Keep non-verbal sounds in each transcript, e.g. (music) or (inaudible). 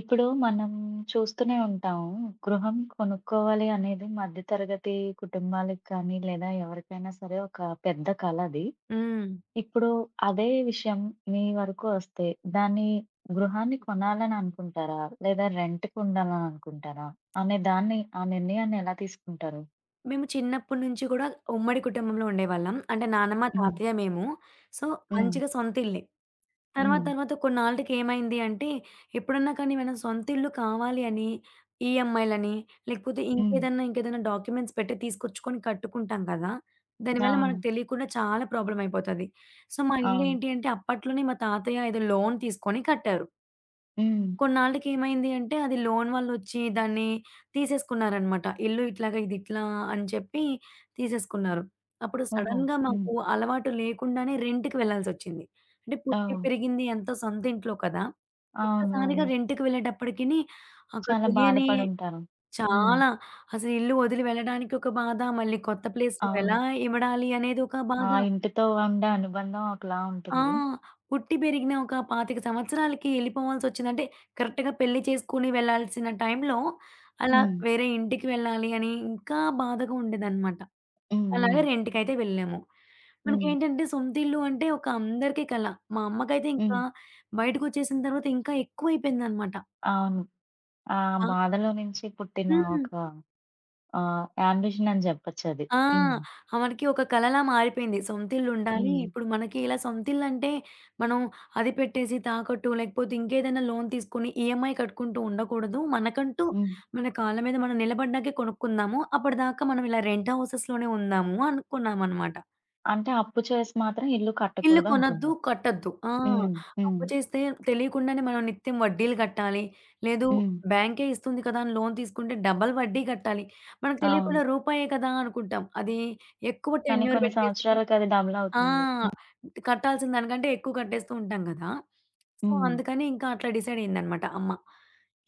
ఇప్పుడు మనం చూస్తూనే ఉంటాము. గృహం కొనుక్కోవాలి అనేది మధ్య తరగతి కుటుంబాలకి కానీ, లేదా ఎవరికైనా సరే ఒక పెద్ద కల అది. హ్మ్. ఇప్పుడు అదే విషయం మీ వరకు వస్తే దాన్ని గృహాన్ని కొనాలని అనుకుంటారా? లేదా రెంట్‌కి ఉండాలని అనుకుంటారా? అనే దాన్ని ఆ నిర్ణయాన్ని ఎలా తీసుకుంటారు? మేము చిన్నప్పటి నుంచి కూడా ఉమ్మడి కుటుంబంలో ఉండేవాళ్ళం. అంటే నానమ్మ, హ్మ్. తాతయ్య, మేము. సో, హ్మ్. మంచిగా సొంతిల్లే. తర్వాత హ్మ్. తర్వాత కొన్నాళ్ళకి ఏమైంది అంటే, ఎప్పుడన్నా కానీ మనం సొంతిల్లు కావాలి అని ఈఎంఐలని, లేకపోతే హ్మ్. ఇంకేదన్నా ఇంకేదన్నా డాక్యుమెంట్స్ పెట్టి తీసుకొచ్చుకొని కట్టుకుంటాం కదా! దానివల్ల అవును. మనకు తెలియకుండా చాలా ప్రాబ్లమ్ అయిపోతది. సో, మా ఇల్లు అవును. ఏంటి అంటే అప్పట్లోనే మా తాతయ్య ఏదో లోన్ తీసుకొని కట్టారు. హ్మ్. కొన్నాళ్ళకేమైంది అంటే, అది లోన్ వాళ్ళొచ్చి దాన్ని తీసేసుకున్నారనమాట. ఇల్లు ఇట్లాగా ఇది ఇట్లా అని చెప్పి తీసేసుకున్నారు. అప్పుడు ఓహో! సడెన్‌గా హ్మ్. మాకు అలవాటు లేకుండానే రెంట్‌కి వెళ్ళాల్సొచ్చింది. అంటే పుట్టి ఓహ్! పెరిగింది అంతా సొంత ఇంట్లో కదా! ఒక్కసారిగా అవునవును. రెంట్‌కి వెళ్ళేటప్పటికిని అక్కడ చాలా తెలియని బాధపడుంటారు. హ్మ్. చాలా, అసలు ఇల్లు వదిలి వెళ్ళడానికి ఒక బాధ, మళ్ళీ కొత్త ప్లేస్‌లో అవును. ఎలా ఇమడాలి అనేది ఒక బాధ. ఆ! ఇంటితో ఉండే అనుబంధం ఒకలా ఆ! ఉంటుంది. పుట్టి పెరిగిన ఒక 25 సంవత్సరాలకి ఎళ్ళిపోవాల్సొచ్చింది. అంటే కరెక్ట్‌గా పెళ్లి చేసుకొని వెళ్ళాల్సిన టైంలో అలా హ్మ్. వేరే ఇంటికి వెళ్ళాలి అని ఇంకా బాధగా ఉండేదనమాట. హ్మ్. అలాగే హ్మ్. రెంట్‌కైతే వెళ్ళాము. హ్మ్. మనకేంటంటే సొంత ఇల్లు అంటే ఒక అందరికీ కల. మా అమ్మకైతే ఇంకా హ్మ్. బయటకొచ్చేసిన తర్వాత ఇంకా ఎక్కువైపోయిందనమాట. అవును. ఆ ఆ! బాధలో నుంచి పుట్టిన హ్మ్. ఒక యాంబిషన్ అని చెప్పొచ్చది. ఆ! హ్మ్. మనకి ఒక కలలా మారిపోయింది. సొంతిల్లుండాలి. హ్మ్. ఇప్పుడు మనకి ఇలా సొంతిల్లంటే మనం అది పెట్టేసి తాకట్టు, లేకపోతే ఇంకేదైనా లోన్ తీసుకొని ఈఎంఐ కట్టుకుంటూ ఉండకూడదు. మనకంటూ హ్మ్. మన కాళ్ళ మీద మనం నిలబడ్డాకే కొనుక్కుందాము. అప్పటిదాకా మనం ఇలా రెంట్ హౌసెస్‌లోనే ఉందాము అనుకున్నామనమాట. అంటే అప్పు చేసి మాత్రం ఇల్లు ఇల్లు కట్టకూడదు కొనొద్దు, అనుకున్నారు. కట్టొద్దు. ఆ! హ్మ్. హ్మ్. అప్పు చేస్తే తెలియకుండానే మనం నిత్యం వడ్డీలు కట్టాలి. లేదు, హ్మ్. బ్యాంకే ఇస్తుంది కదా! అని లోన్ తీసుకుంటే డబల్ వడ్డీ కట్టాలి. మనకు అవును. తెలియకుండా రూపాయే కదా! అనుకుంటాం. అది ఎక్కువ కానీ టెన్యూర్ కొన్ని పెట్టేసి, సంవత్సరాలకి అది డబుల్ ఆ, అవుతుంది. హ్మ్. కట్టాల్సిన దానికంటే ఎక్కువ కట్టేస్తూ ఉంటాం గదా! సో, హ్మ్. అందుకని ఇంకా అట్లా డిసైడ్ అయిందనమాట అమ్మ.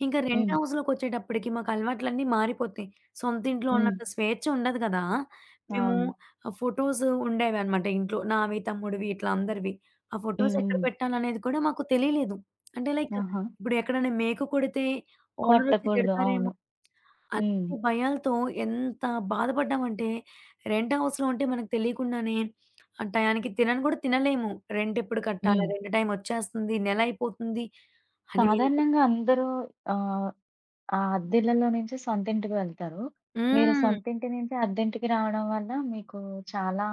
ఇంకా రెంట్ హ్మ్. హౌస్‌లోకొచ్చేటప్పటికి మాకు అలవాట్లన్నీ మారిపోతాయి. సొంత ఇంట్లో హ్మ్. ఉన్నంత స్వేచ్ఛ ఉండదు గదా! మేము, అవును. ఆ ఫోటోస్ ఉండేవనమాట ఇంట్లో. నావి, తమ్ముడివి ఇట్లా అందరివి. ఆ ఫోటోస్ హ్మ్. ఎక్కడ హ్మ్. పెట్టాలనేది కూడా మాకు తెలియలేదు. అంటే లైక్, ఆహా! హ్మ్. ఇప్పుడు ఎక్కడైనా మేకు కొడితే ఓనరొచ్చి కొట్టకూడదు. తిడతారేమో, అవును. హ్మ్. అలాంటి భయాలతో ఎంత బాధపడ్డామంటే, రెంట్ హౌస్‌లో ఉంటే మనకు తెలియకుండానే ఆ టయానికి తినను కూడా తినలేము. రెంట్ ఎప్పుడు కట్టాలా? హ్మ్. రెంట్ టైమ్ వచ్చేస్తుంది. నెలయిపోతుంది. అని ఒక సాధారణంగా అందరూ ఆహ్ ఆ! అద్దిళ్ళలో నుంచి సొంతింటికి వెళ్తారు. మీరు హ్మ్. సొంతింటి నుంచి అద్దెంటికి రావడం వల్ల మీకు చాలా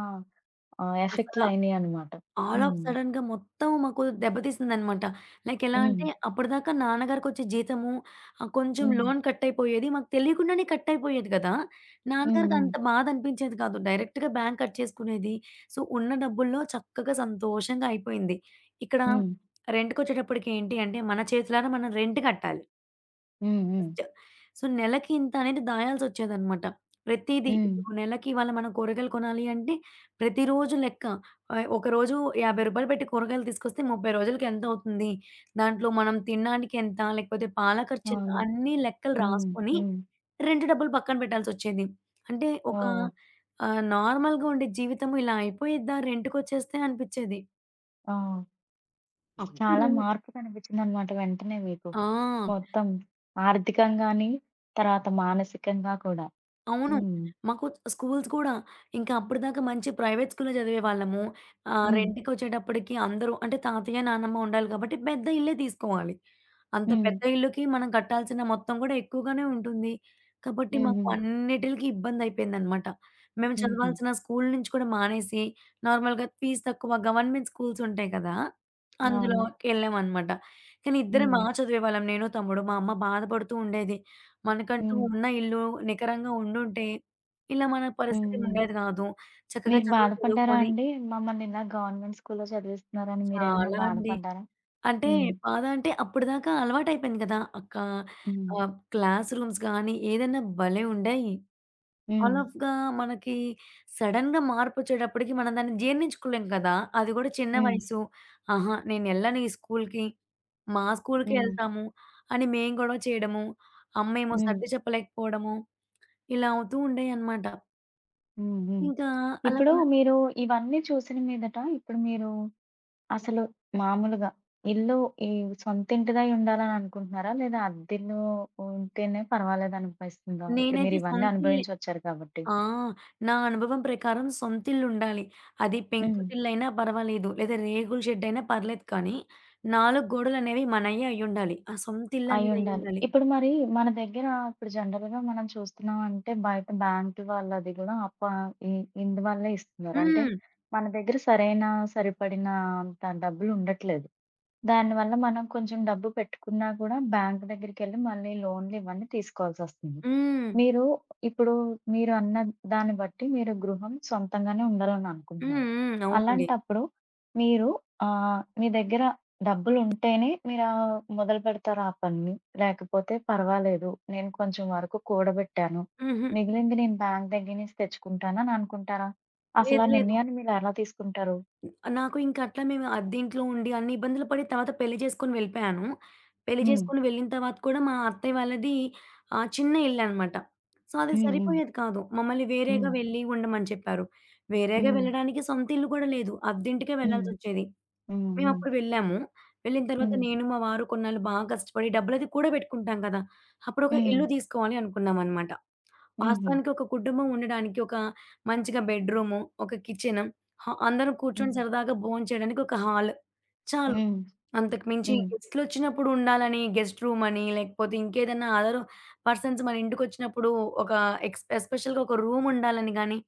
అసల ఎఫెక్ట్‌లయినియనమాట. ఆల్ ఆఫ్ హ్మ్. సడెన్‌గా మొత్తం మాకు దెబ్బతీసిందనమాట. లైక్ ఎలా హ్మ్. అంటే అప్పటిదాకా నాన్నగారికొచ్చే జీతము, కొంచెం హ్మ్. లోన్ కట్ అయిపోయేది. మాకు తెలియకుండానే కట్ అయిపోయేది కదా! హ్మ్. నాన్నగారికి హ్మ్. అంత బాధ అనిపించేది కాదు. డైరెక్ట్‌గా బ్యాంక్ కట్ చేసుకునేది. సో, ఉన్న డబ్బుల్లో చక్కగా సంతోషంగా అయిపోయింది. ఇక్కడ హ్మ్. రెంట్‌కొచ్చేటప్పటికి ఏంటి అంటే మన చేతులారా మనం రెంట్ కట్టాలి. హ్మ్. హ్మ్. ఫస్ట్. సో, నెలకి ఇంత అనేది దాయాల్సొచ్చేదనమాట. ప్రతీదీ. హ్మ్. ఇప్పుడు నెలకి ఇవాళ మనం కూరగాయలు కొనాలి అంటే ప్రతిరోజు లెక్క. ఒకరోజు రూ. 50 పెట్టి కూరగాయలు తీసుకొస్తే 30 రోజులకి ఎంతవుతుంది? దాంట్లో మనం తినడానికి ఎంత? లేకపోతే పాల ఖర్చెంత? అవును. అన్నీ లెక్కలు హ్మ్. రాసుకొని హ్మ్. రెంట్ డబ్బులు పక్కన పెట్టాల్సొచ్చేది. అంటే ఒక, ఓహ్! నార్మల్‌గా ఉండే జీవితం ఇలా అయిపోయిద్దా రెంట్‌కొచ్చేస్తే అనిపిచ్చేది. ఆ! చాలా అప్పుడు, మార్పు కనిపిచ్చిందనమాట వెంటనే మీకు. ఆ! మొత్తం ఆర్థికంగాని, తర్వాత మానసికంగా కూడా. అవును. హ్మ్. మాకు స్కూల్స్ కూడా ఇంకా అప్పటిదాకా మంచి ప్రైవేట్ స్కూల్‌లో చదివేవాళ్ళము. హ్మ్. రెంట్‌కొచ్చేటప్పటికి అందరూ అంటే తాతయ్య, నానమ్మ ఉండాలి కాబట్టి పెద్ద ఇల్లే తీసుకోవాలి. అంత హ్మ్. పెద్ద ఇల్లుకి మనం కట్టాల్సిన మొత్తం కూడా ఎక్కువగానే ఉంటుంది. కాబట్టి హ్మ్, మాకు హుహు. అన్నిటిలకి ఇబ్బందయిపోయిందనమాట. మేము హుహు. చదవాల్సిన స్కూల్ నుంచి కూడా మానేసి నార్మల్‌గా ఫీజ్ తక్కువ గవర్నమెంట్ స్కూల్స్ ఉంటాయి కదా! అవును. అందులోకెళ్ళామనమాట. కానీ ఇద్దరం బా హ్మ్. చదివేవాళ్ళం నేను, తమ్ముడు. మా అమ్మ బాధపడుతూ ఉండేది. మనకంటూ హ్మ్. ఉన్న ఇల్లు నికరంగా ఉండుంటే, ఇలా మన హ్మ్. పరిస్థితి హ్మ్. ఉండేది గాదు. చక్కగా మీరు చదువు బాధపడ్డారా చదువుకొని, అండి? మమ్మల్ని ఇలా గవర్నమెంట్ స్కూల్‌లో చదివిస్తున్నారని మీరేమన్నా చాలా అండి. బాధపడ్డారా? అంటే హ్మ్. బాధ అంటే అప్పటిదాకా అలవాటయిపోయింది కదా! అక్క, హ్మ్. క్లాస్ రూమ్స్ గానీ ఏదైనా భలే ఉండేయి. హ్మ్. ఆల్ ఆఫ్‌గా మనకి సడెన్‌గా మార్పొచ్చేటప్పటికి మనం దాన్ని జీర్ణించుకోలేం కదా! అది గూడా చిన్న హ్మ్. వయసు. ఆహా! నేనెళ్ళను ఈ స్కూల్‌కి. మా స్కూల్‌కే హ్మ్. ఎళ్తాము అని మేం గొడవ చేయడము, అమ్మేమో హ్మ్. సర్ది చెప్పలేకపోవడము, ఇలా అవుతూ ఉండేయన్నమాట. హ్మ్. హ్మ్. ఇంకా అలా ఇప్పుడు కూడా, మీరు ఇవన్నీ చూసిన మీదట ఇప్పుడు మీరు అసలు మామూలుగా ఇల్లు ఈ సొంత ఇంటిదై ఉండాలని అనుకుంటున్నారా? లేదా అద్దిల్లు ఉంటేనే పర్వాలేదనిపిస్తుందా? ఇప్పుడు నేనైతే మీరు ఇవన్నీ సొంతిల్లే. అనుభవించొచ్చారు కాబట్టి. ఆ! నా అనుభవం ప్రకారం సొంతిల్లుండాలి. అది హ్మ్. పెంకుటిల్లయినా పర్వాలేదు. లేదా రేగుల షెడ్డయినా పర్లేదు కానీ, 4 గోడలనేవి మనయ్యే అయ్యుండాలి. ఆ సొంతిల్లనేది అయ్యుండాలి. అయ్యుండాలి. ఇప్పుడు మరి మన దగ్గర ఇప్పుడు జనరల్‌గా మనం చూస్తున్నాం అంటే బయట బ్యాంకు వాళ్ళది గూడా ఇ ఇందువల్లే ఇస్తున్నారు. అంటే హ్మ్. మన దగ్గర సరైన సరిపడిన అంత డబ్బులు ఉండట్లేదు. దానివల్ల మనం కొంచెం డబ్బు పెట్టుకున్నా కూడా బ్యాంక్ దగ్గరికెళ్ళి మళ్ళీ లోన్‌లు ఇవన్నీ తీసుకోవాల్సొస్తుంది. హ్మ్. మీరు ఇప్పుడు మీరు అన్న దాన్ని బట్టి మీరు గృహం సొంతంగానే ఉండాలని హ్మ్. అనుకుంటున్నారు. హ్మ్. అవునండి. అలాంటప్పుడు మీరు మీ దగ్గర డబ్బులుంటేనే మీరా మొదలుపెడతారు ఆ పనిని. లేకపోతే పర్వాలేదు. నేను కొంచెం వరకు కూడబెట్టాను. హుహు. మిగిలింది నేను బ్యాంక్ దగ్గర నుంచి తెచ్చుకుంటాను అని అనుకుంటారా? అసలా లేదు లేదు. నిర్ణయాన్ని మీరెలా తీసుకుంటారు? నాకు ఇంక అట్లా మేము అద్దింట్లో ఉండి అన్ని ఇబ్బందులు పడి తర్వాత పెళ్లి చేసుకొని వెళ్ళిపోయాను. పెళ్లి హ్మ్. చేసుకొని వెళ్ళిన తర్వాత కూడా మా అత్తయ్య వాళ్ళది చిన్న ఇల్లనమాట. సో, అది హ్మ్. హ్మ్. సరిపోయేది కాదు. మమ్మల్ని వేరేగా హ్మ్. వెళ్ళి ఉండమని చెప్పారు. వేరేగా హ్మ్. వెళ్ళడానికి సొంత ఇల్లు కూడా లేదు. అద్దింటికే హ్మ్. వెళ్ళాల్సొచ్చేది. హ్మ్. హ్మ్. మేమప్పుడు వెళ్ళాము. వెళ్ళిన తర్వాత హ్మ్. నేను, మా వారు కొన్నాళ్ళు బాగా కష్టపడి డబ్బులది కూడబెట్టుకుంటాం కదా! అప్పుడొక హ్మ్. ఇల్లు తీసుకోవాలి అనుకున్నామనమాట. హుహు. వాస్తవానికి ఒక కుటుంబం ఉండడానికి ఒక మంచిగా బెడ్‌రూము, ఒక కిచెను, హా అందరం కూర్చొని హ్మ్. సరదాగా భోంచేయడానికి ఒక హాలు చాలు. హ్మ్. అంతకు మించి హ్మ్. గెస్ట్‌లొచ్చినప్పుడు ఉండాలని గెస్ట్ రూమని, లేకపోతే ఇంకేదన్నా అదరు పర్సన్స్ మన ఇంటికొచ్చినప్పుడు ఒక, ఎస్పెషల్‌గా ఒక రూముండాలని గానీ,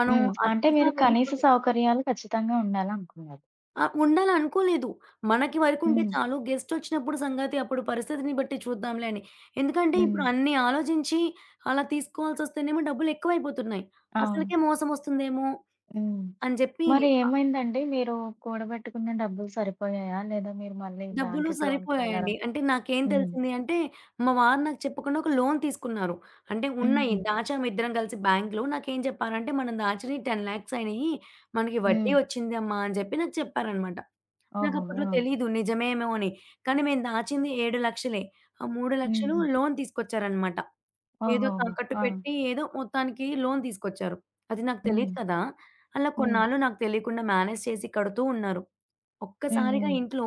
మనం హ్మ్. అంటే అతిగా మీరు కనీస వెళ్ళిపోయి, సౌకర్యాలు ఖచ్చితంగా ఉండాలనుకున్నారు. ఆ! ఉండాలనుకోలేదు. మనకి వరకుంటే హ్మ్. చాలు. గెస్టొచ్చినప్పుడు సంగతి అప్పుడు పరిస్థితిని బట్టి చూద్దాంలే అని. ఎందుకంటే హ్మ్. ఇప్పుడు అన్ని ఆలోచించి అలా తీసుకోవాల్సొస్తేనేమో డబ్బులెక్కువైపోతున్నాయి. అవును. అసలకే మోసమొస్తుందేమో హ్మ్. అని చెప్పి, మరి ఆహ్, ఏమైందండి? మీరు కూడబెట్టుకున్న డబ్బులు సరిపోయాయా? లేదా మీరు మళ్ళీ డబ్బులు బ్యాంక్‌కి లోన్‌కి వెళ్లారా? సరిపోయాయండి. అంటే నాకేం హ్మ్. తెలిసింది అంటే, మా వారు నాకు చెప్పకుండా ఒక లోన్ తీసుకున్నారు. అంటే ఉన్నాయి హుహు. దాచాము ఇద్దరం కలిసి బ్యాంక్‌లో. నాకేం చెప్పారంటే, మనం దాచినయి 10,00,000 అయినయి. మనకి వడ్డీ హ్మ్. వచ్చిందమ్మా అని చెప్పి నాకు చెప్పారనమాట. ఓహో! నాకప్పట్లో ఆ! తెలీదు నిజమేమో అని. కానీ మేము దాచింది 7,00,000, ఆ 3,00,000 హుహు. లోన్ తీసుకొచ్చారనమాట. ఏదో ఓహోహో! తాకట్టు ఆ! పెట్టి ఏదో మొత్తానికి లోన్ తీసుకొచ్చారు. అది నాకు తెలీదు హ్మ్. కదా! అలా హ్మ్. కొన్నాళ్ళు నాకు తెలియకుండా మేనేజ్ చేసి కడుతూ ఉన్నారు. హ్మ్. ఒక్కసారిగా హ్మ్. ఇంట్లో,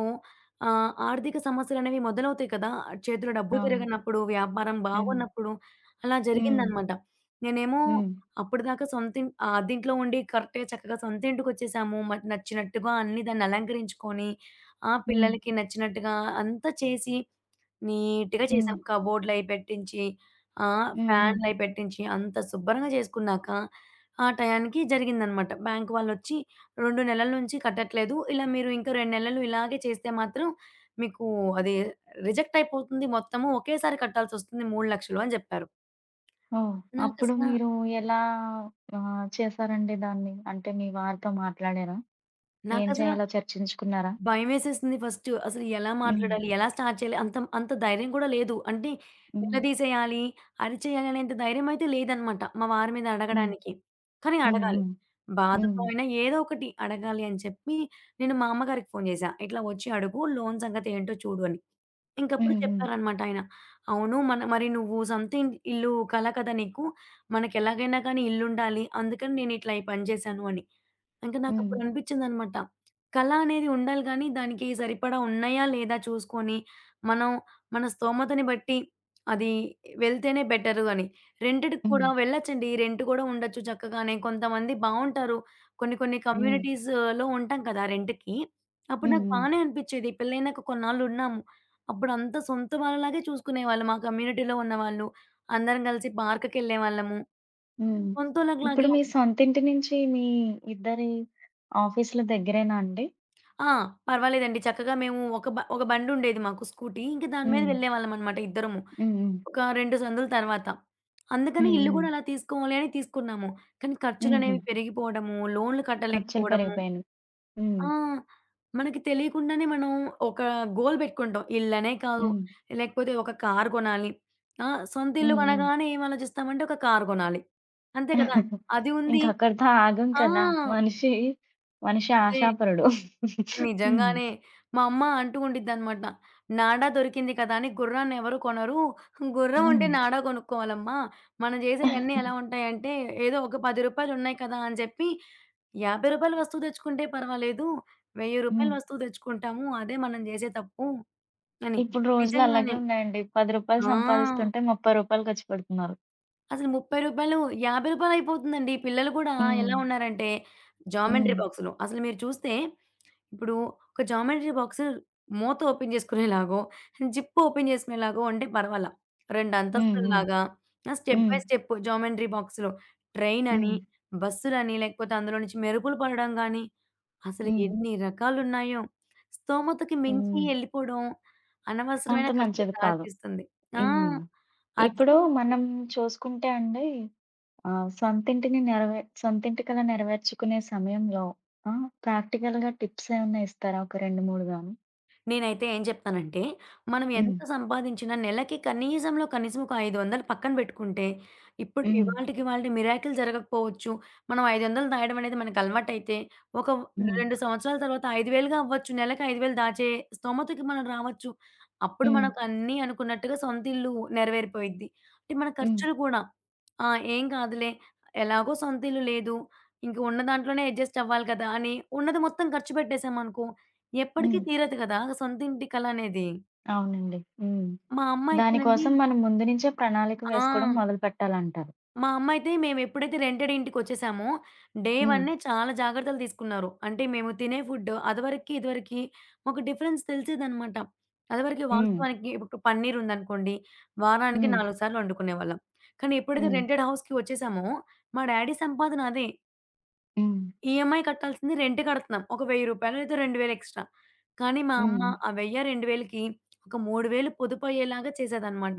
ఆర్థిక సమస్యలనేవి మొదలవుతాయి కదా! చేతిలో డబ్బు అవును. తిరగనప్పుడు, వ్యాపారం హ్మ్. బాగోనప్పుడు అలా హ్మ్. జరిగిందనమాట. నేనేమో హ్మ్. అప్పటిదాకా అద్దింట్లో ఉండి కరెక్ట్‌గా చక్కగా సొంతింటికొచ్చేసాము. మరి నచ్చినట్టుగా అన్నీ దాన్ని అలంకరించుకొని, ఆ హ్మ్. హ్మ్. పిల్లలకి నచ్చినట్టుగా అంతా చేసి, నీట్‌గా హ్మ్. చేసాం. కబోర్డ్‌లయి పెట్టించి, హ్మ్. హ్మ్. ఫ్యాన్‌లయి పెట్టించి అంత శుభ్రంగా చేసుకున్నాక, ఆ టయానికి జరిగిందనమాట. బ్యాంక్ వాళ్ళొచ్చి 2 నెలల నుంచి కట్టట్లేదు. ఇలా మీరు ఇంకో 2 నెలలు ఇలాగే చేస్తే మాత్రం మీకు అది రిజెక్ట్ అయిపోతుంది మొత్తము. ఒకేసారి కట్టాల్సొస్తుంది 3,00,000 అని జెప్పారు. ఓహ్! అప్పుడు నాకసల మీరు ఎలా చేశారండి దాన్ని? అంటే మీ వారితో మాట్లాడారా? ఏం నాకసల చేయాలో చర్చించుకున్నారా? భయమేసేసింది ఫస్ట్. అసలు ఎలా హ్మ్. మాట్లాడాలి? ఎలా స్టార్ట్ చేయాలి? అంత అంత ధైర్యం కూడా లేదు. అంటే హ్మ్. నిలదీసేయాలి, అరిచేయాలి అనేంత ధైర్యం అయితే లేదనమాట మా వారి మీద హ్మ్. అడగడానికి. కానీ హ్మ్. అడగాలి. హ్మ్. హ్మ్. బాధతో అయినా ఏదో ఒకటి అడగాలి అని చెప్పి నేను మా అమ్మగారికి ఫోను జేశా. ఇట్లా వచ్చి అడుగు లోన్ సంగతి ఏంటో చూడు అని. ఇంకప్పుడు హ్మ్. హ్మ్. చెప్పారనమాట ఆయన. అవును. మన మరి నువ్వు సమ్‌థింగ్ ఇల్లు కల కదా! నీకు. మనకెలాగైనా కానీ ఇల్లుండాలి. అందుకని నేనిట్లా ఈ పని చేశాను అని. ఇంక హ్మ్. నాకప్పుడు అనిపించిందనమాట. కళ అనేది ఉండాలి గానీ, దానికి సరిపడా ఉన్నాయా? లేదా? చూసుకొని, మనం మన స్తోమతని బట్టి అది వెళ్తేనే బెటరు అని. రెంటెడ్‌కి కూడా హ్మ్. వెళ్ళొచ్చండి. రెంట్ కూడా ఉండొచ్చు చక్కగానే. కొంతమంది బావుంటారు. కొన్ని కొన్ని హ్మ్. కమ్యూనిటీస్‌లో ఉంటాం కదా! రెంట్‌కి. అప్పుడు హ్మ్. నాకు హ్మ్. బానే అనిపిచ్చేది. పెళ్లయినాక కొన్నాళ్ళున్నాము. అప్పుడంతా సొంత వాళ్ళలాగే చూసుకునేవాళ్ళు. మా కమ్యూనిటీలో ఉన్నవాళ్ళు. అందరం కలిసి పార్క్‌కెళ్ళేవాళ్ళము. హ్మ్. ఇప్పుడు సొంతోళ్ళకిలాగే, మీ సొంతింటి నుంచి మీ ఇద్దరి ఆఫీసులు దగ్గరేనా అండి? ఆ! పర్వాలేదండి. చక్కగా మేము ఒక బండుండేది మాకు, స్కూటీ. ఇంక దాని మీద హ్మ్. వెళ్ళేవాళ్ళమనమాట ఇద్దరము. హ్మ్. హ్మ్. ఒక 2 సందుల తర్వాత. అందుకని హ్మ్. ఇల్లు హ్మ్. గూడా అలా తీసుకోవాలి అని తీసుకున్నాము. కానీ హుహు. ఖర్చులనేవి పెరిగిపోవడము, లోన్‌లు ఖర్చులు కట్టలేకపోవడము. పెరిగిపోయినియి. హ్మ్. ఆ! మనకి తెలియకుండానే మనం ఒక గోల్ పెట్టుకుంటాం. ఇల్లనే కాదు, హ్మ్. లేకపోతే ఒక కారు కొనాలి. ఆ! సొంత ఇల్లు హ్మ్. హ్మ్. కొనగానే ఏం ఆలోచిస్తామంటే ఒక కారు కొనాలి. అంతే కదా! (laughs) అది ఇంక ఉంది. అక్కడితో ఆగం ఆ! కదా! మనిషి, మనిషి అదే. ఆశాపరుడు. (laughs) హ్మ్. నిజంగానే. మా అమ్మ అంటూ ఉండిద్దనమాట. నాడా దొరికింది కదా అని గుర్రాన్ని ఎవరు కొనరు. గుర్రం ఉంటే హ్మ్. నాడా కొనుక్కోవాలమ్మా. మనం చేసేయన్నీ ఎలా ఉంటాయంటే ఏదో ఒక రూ. 10 ఉన్నాయి కదా అని చెప్పి రూ. 50 వస్తువు తెచ్చుకుంటే పర్వాలేదు. రూ. 1000 హ్మ్. వస్తువు తెచ్చుకుంటాము. అదే మనం చేసే తప్పు అని. ఇప్పుడు రోజులు అలాగే నిజంగానే. ఉన్నాయండి. రూ. 10 ఆ! సంపాదిస్తుంటే రూ. 30 ఖర్చు పెడుతున్నారు. అసలు రూ. 30, రూ. 50 అయిపోతుందండి. పిల్లలు కూడా, హ్మ్, హ్మ్. ఎలా ఉన్నారంటే జామెంట్రీ హ్మ్. బాక్స్‌లు. అసలు మీరు చూస్తే ఇప్పుడు ఒక జామెంట్రీ బాక్స్ మూత ఓపెన్ చేసుకునేలాగో, జిప్ ఓపెన్ చేసుకునేలాగో ఉంటే పర్వాలా. 2 హ్మ్. హ్మ్. అంతస్తుల్లాగా, ఆ! స్టెప్ బై హ్మ్. స్టెప్ జామెంట్రీ బాక్స్‌లు. ట్రైన్ అని, హ్మ్. బస్సులని లేకపోతే అందులో నుంచి మెరుపులు పడడం గానీ, అసలు హ్మ్. ఎన్ని రకాలున్నాయో. స్తోమతకి మించి హ్మ్. ఎళ్ళిపోవడం అనవసరమైన అంత మంచిది ఖర్చులకు కాదు. దారితీస్తుంది. ఆ! హ్మ్. ఇప్పుడు మనం చూసుకుంటే అండి సొంతింటి కల నెరవేర్చుకునే సమయంలో ఆ! ప్రాక్టికల్‌గా టిప్స్ ఏమన్నా ఇస్తారా? ఒక 2, 3 గాని? నేనైతే ఏం చెప్తానంటే, మనం హ్మ్. ఎంత సంపాదించినా నెలకి కనీసంలో కనీసం ఒక 500 పక్కన పెట్టుకుంటే, ఇప్పుడు హ్మ్. ఇవాల్టికి ఇవాల్టి మిరాకిల్ జరగకపోవచ్చు. మనం 500 దాయడం అనేది మనకు అలవాటైతే, ఒక హ్మ్. 2 సంవత్సరాల తర్వాత 5,000గా అవ్వచ్చు. నెలకి 5,000 దాచే స్తోమతకి మనం రావచ్చు. అప్పుడు హ్మ్. మనకు అన్నీ అనుకున్నట్టుగా సొంత ఇల్లు నెరవేరిపోయిద్ది. అంటే మన హ్మ్. ఖర్చులు కూడా, ఏం కాదులే, ఎలాగో సొంత ఇల్లు లేదు. ఇంక ఉన్న దాంట్లోనే అడ్జస్ట్ అవ్వాలి కదా! అని ఉన్నది మొత్తం ఖర్చు పెట్టేసామనుకో ఎప్పటికి హ్మ్. తీరదు కదా! సొంత ఇంటి కల అనేది. అవునండి. హ్మ్. మా అమ్మ అయితేనండి, దానికోసం మనం ముందు నుంచే ప్రణాళిక వేసుకోవడం ఆ! మొదలుపెట్టాలంటారు. మా అమ్మ అయితే మేము ఎప్పుడైతే రెంటెడ్ ఇంటికొచ్చేసామో, డే హ్మ్. వన్నే చాలా జాగ్రత్తలు తీసుకున్నారు. అంటే మేము తినే ఫుడ్ అదివరకి, ఇదివరకి మాకు డిఫరెన్స్ తెలిసేదనమాట. అదివరకి హ్మ్. వాస్తవానికి ఇప్పుడు పన్నీర్ ఉందనుకోండి, వారానికి హ్మ్. 4 సార్లు వండుకునేవాళ్ళం. కానీ ఎప్పుడైతే హ్మ్. రెంటెడ్ హౌస్‌కి వచ్చేసామో, మా డ్యాడీ సంపాదన అదే. హ్మ్. ఈఎంఐ కట్టాల్సింది రెంట్ కడుతున్నాం. ఒక రూ. 1000 లేదా 2,000 ఎక్స్‌ట్రా. కానీ మా అమ్మ హ్మ్. ఆ 1000, 2,000కి ఒక 3,000 పొదుపయ్యేలాగా చేసేదనమాట.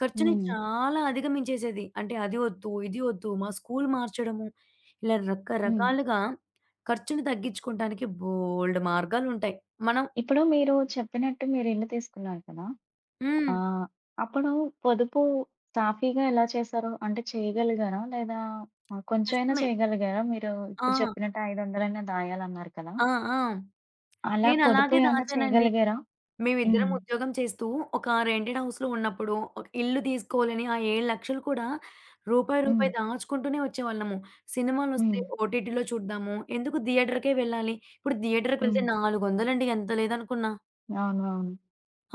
ఖర్చుని హ్మ్. చాలా అధిగమించేసేది. అంటే అది వద్దు, ఇది వద్దు, మా స్కూల్ మార్చడము, ఇలా హ్మ్. రకరకాలుగా ఖర్చుని తగ్గించుకోవటానికి బోలెడు మార్గాలుంటాయి. మనం, ఇప్పుడు మీరు చెప్పినట్టు మీరు ఇల్లు తీసుకున్నారు కదా! హ్మ్. ఆ! అప్పుడు పొదుపు సాఫీగా ఎలా చేశారు? అంటే చేయగలిగారా? లేదా కొంచెమైనా కష్టమే. చేయగలిగారా? మీరు ఆ! ఇప్పుడు చెప్పినట్టు 500 దాయాలన్నారు కదా! ఆ! ఆ! అలా పొదుపు నేనలాగే ఏమన్నా దాచానండి. చేయగలిగారా? హ్మ్. మేమిద్దరం ఉద్యోగం చేస్తూ ఒక రెంటెడ్ హౌస్‌లో ఉన్నప్పుడు, ఒక ఇల్లు తీసుకోవాలని ఆ 7,00,000 కూడా రూపాయి, హ్మ్. రూపాయి దాచుకుంటూనే వచ్చేవాళ్ళము. సినిమాలొస్తే హ్మ్. ఓటీటీలో చూద్దాము. ఎందుకు థియేటర్‌కే వెళ్ళాలి. ఇప్పుడు థియేటర్‌కి వెళ్తే హ్మ్. 400 అండి ఎంత లేదనుకున్నా. అవును. అవును.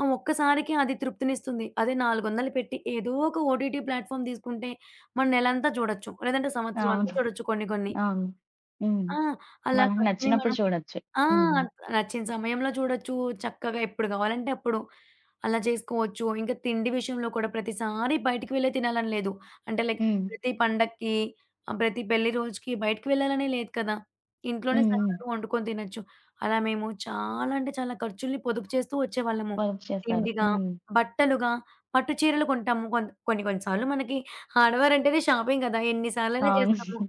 ఆ ఒక్కసారికి అది తృప్తినిస్తుంది. అదే 400 పెట్టి ఏదో ఒక ఓటీటీ ప్లాట్‌ఫార్మ్ తీసుకుంటే, మనం నెలంతా చూడొచ్చు. లేదంటే సంవత్సరం అంతా అవును. చూడొచ్చు కొన్ని కొన్ని. అవును. హ్మ్. ఆ! అలా మనకు కట్టుకుని, నచ్చినప్పుడు చూడొచ్చు. ఆ! హ్మ్. నచ్చిన సమయంలో చూడొచ్చు. చక్కగా ఎప్పుడు కావాలంటే అప్పుడు అలా చేసుకోవచ్చు. ఇంకా తిండి విషయంలో కూడా ప్రతిసారి బయటికి వెళ్ళే తినాలని లేదు. అంటే లైక్ హ్మ్. ప్రతి పండక్కి, ప్రతి పెళ్లి రోజుకి బయటికి వెళ్ళాలనే లేదు కదా! ఇంట్లోనే హ్మ్. హ్మ్. సరదాగా వండుకొని తినొచ్చు. అలా మేము చాలా అంటే చాలా ఖర్చుల్ని పొదుపు చేస్తూ వచ్చేవాళ్ళము. పొదుపు చేశారు. తిండిగా, హ్మ్. బట్టలుగా, పట్టు చీరలు కొంటాము. కొన్ని సార్లు మనకి ఆడవారంటేనే షాపింగ్ కదా! ఎన్ని సార్లైనా అవును. చేస్తాము.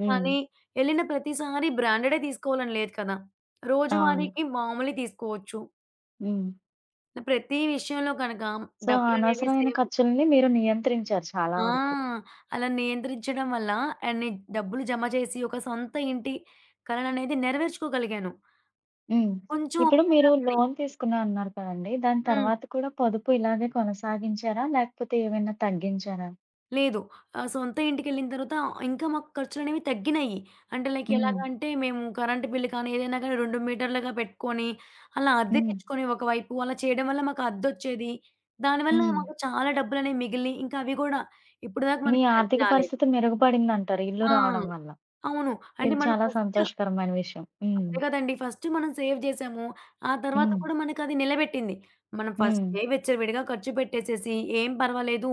హ్మ్. కానీ ఎళ్ళిన ప్రతిసారి బ్రాండెడే తీసుకోవాలని లేదు కదా! అవును. రోజువారీకి మామూలుయి తీసుకోవచ్చు. హ్మ్. ప్రతి విషయంలో గనక సో, డబ్బులనేవి అనవసరమైన సేవ్. ఖర్చుల్ని మీరు నియంత్రించారు చాలా ఆ! వరకు. అలా నియంత్రించడం వల్ల అన్ని డబ్బులు జమ చేసి ఒక సొంత ఇంటి కలననేది నెరవేర్చుకోగలిగాను. హ్మ్. కొంచెం ఇప్పుడు మీరు ఉపయోగాలని. లోన్ తీసుకున్నా అన్నారు కదండీ! దాని హ్మ్. తర్వాత కూడా పొదుపు ఇలాగే కొనసాగించారా? లేకపోతే ఏమైనా తగ్గించారా? లేదు. సొంత ఇంటికెళ్ళిన తర్వాత ఇంకా మాకు ఖర్చులనేవి తగ్గినాయి. అంటే లైక్ హ్మ్. ఎలాగంటే మేము కరెంట్ బిల్ కానీ, ఏదైనా కానీ 2 మీటర్లుగా పెట్టుకొని, అలా హ్మ్. అద్దెకిచ్చుకొని ఒకవైపు అలా చేయడం వల్ల మాకు అద్దొచ్చేది. దానివల్ల హ్మ్. మాకు చాలా డబ్బులనేవి మిగిలినియి. ఇంకా అవి గూడా ఇప్పటిదాకా మీ మనకి అద్దె ఆర్థిక రాలేదు. పరిస్థితి మెరుగుపడిందంటారు ఇల్లు ఆ! రావడం వల్ల. అవును. అంటే ఇది మనం చాలా ఫస్ట్, సంతోషకరమైన విషయం. హ్మ్. అంతే కదండీ! ఫస్ట్ మనం సేవ్ జేసాము. ఆ తర్వాత హ్మ్. కూడా మనకది నిలబెట్టింది. మనం హ్మ్. ఫస్టే విచ్చలవిడిగా ఖర్చు పెట్టేసేసి ఏం పర్వాలేదు.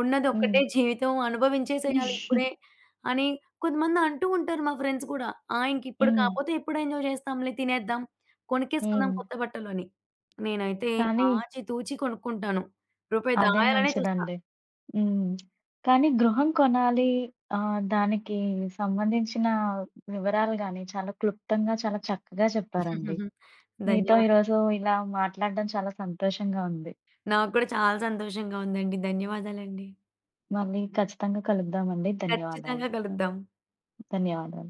ఉన్నది ఒక్కటే హ్మ్. జీవితం అనుభవించేసేయాలి ఇప్పుడే అని కొంతమంది అంటూ ఉంటారు మా ఫ్రెండ్స్ కూడా. "ఆ! ఇంకిప్పుడు హ్మ్. కాపోతే ఎప్పుడు ఎంజాయ్ చేస్తాంలే తినేద్దాం. కొనుక్కేసుకుందాం హ్మ్. కొత్త బట్టలు" అని. నేనైతే కానీ ఆచితూచి కొనుక్కుంటాను. రూపాయి అదే దాయాలనే చూస్తా. మంచిదండి. హ్మ్. కానీ గృహం కొనాలి దానికి సంబంధించిన వివరాలు గాని చాలా క్లుప్తంగా, చాలా చక్కగా చెప్పారండి. మీతో ధన్యవాదాలు. ఈరోజు ఇలా మాట్లాడడం చాలా సంతోషంగా ఉంది. నాకు కూడా చాలా సంతోషంగా ఉందండి. ధన్యవాదాలండి. మళ్ళీ ఖచ్చితంగా కలుద్దామండి. ధన్యవాదాలు. ఖచ్చితంగా కలుద్దాం. ధన్యవాదాలు.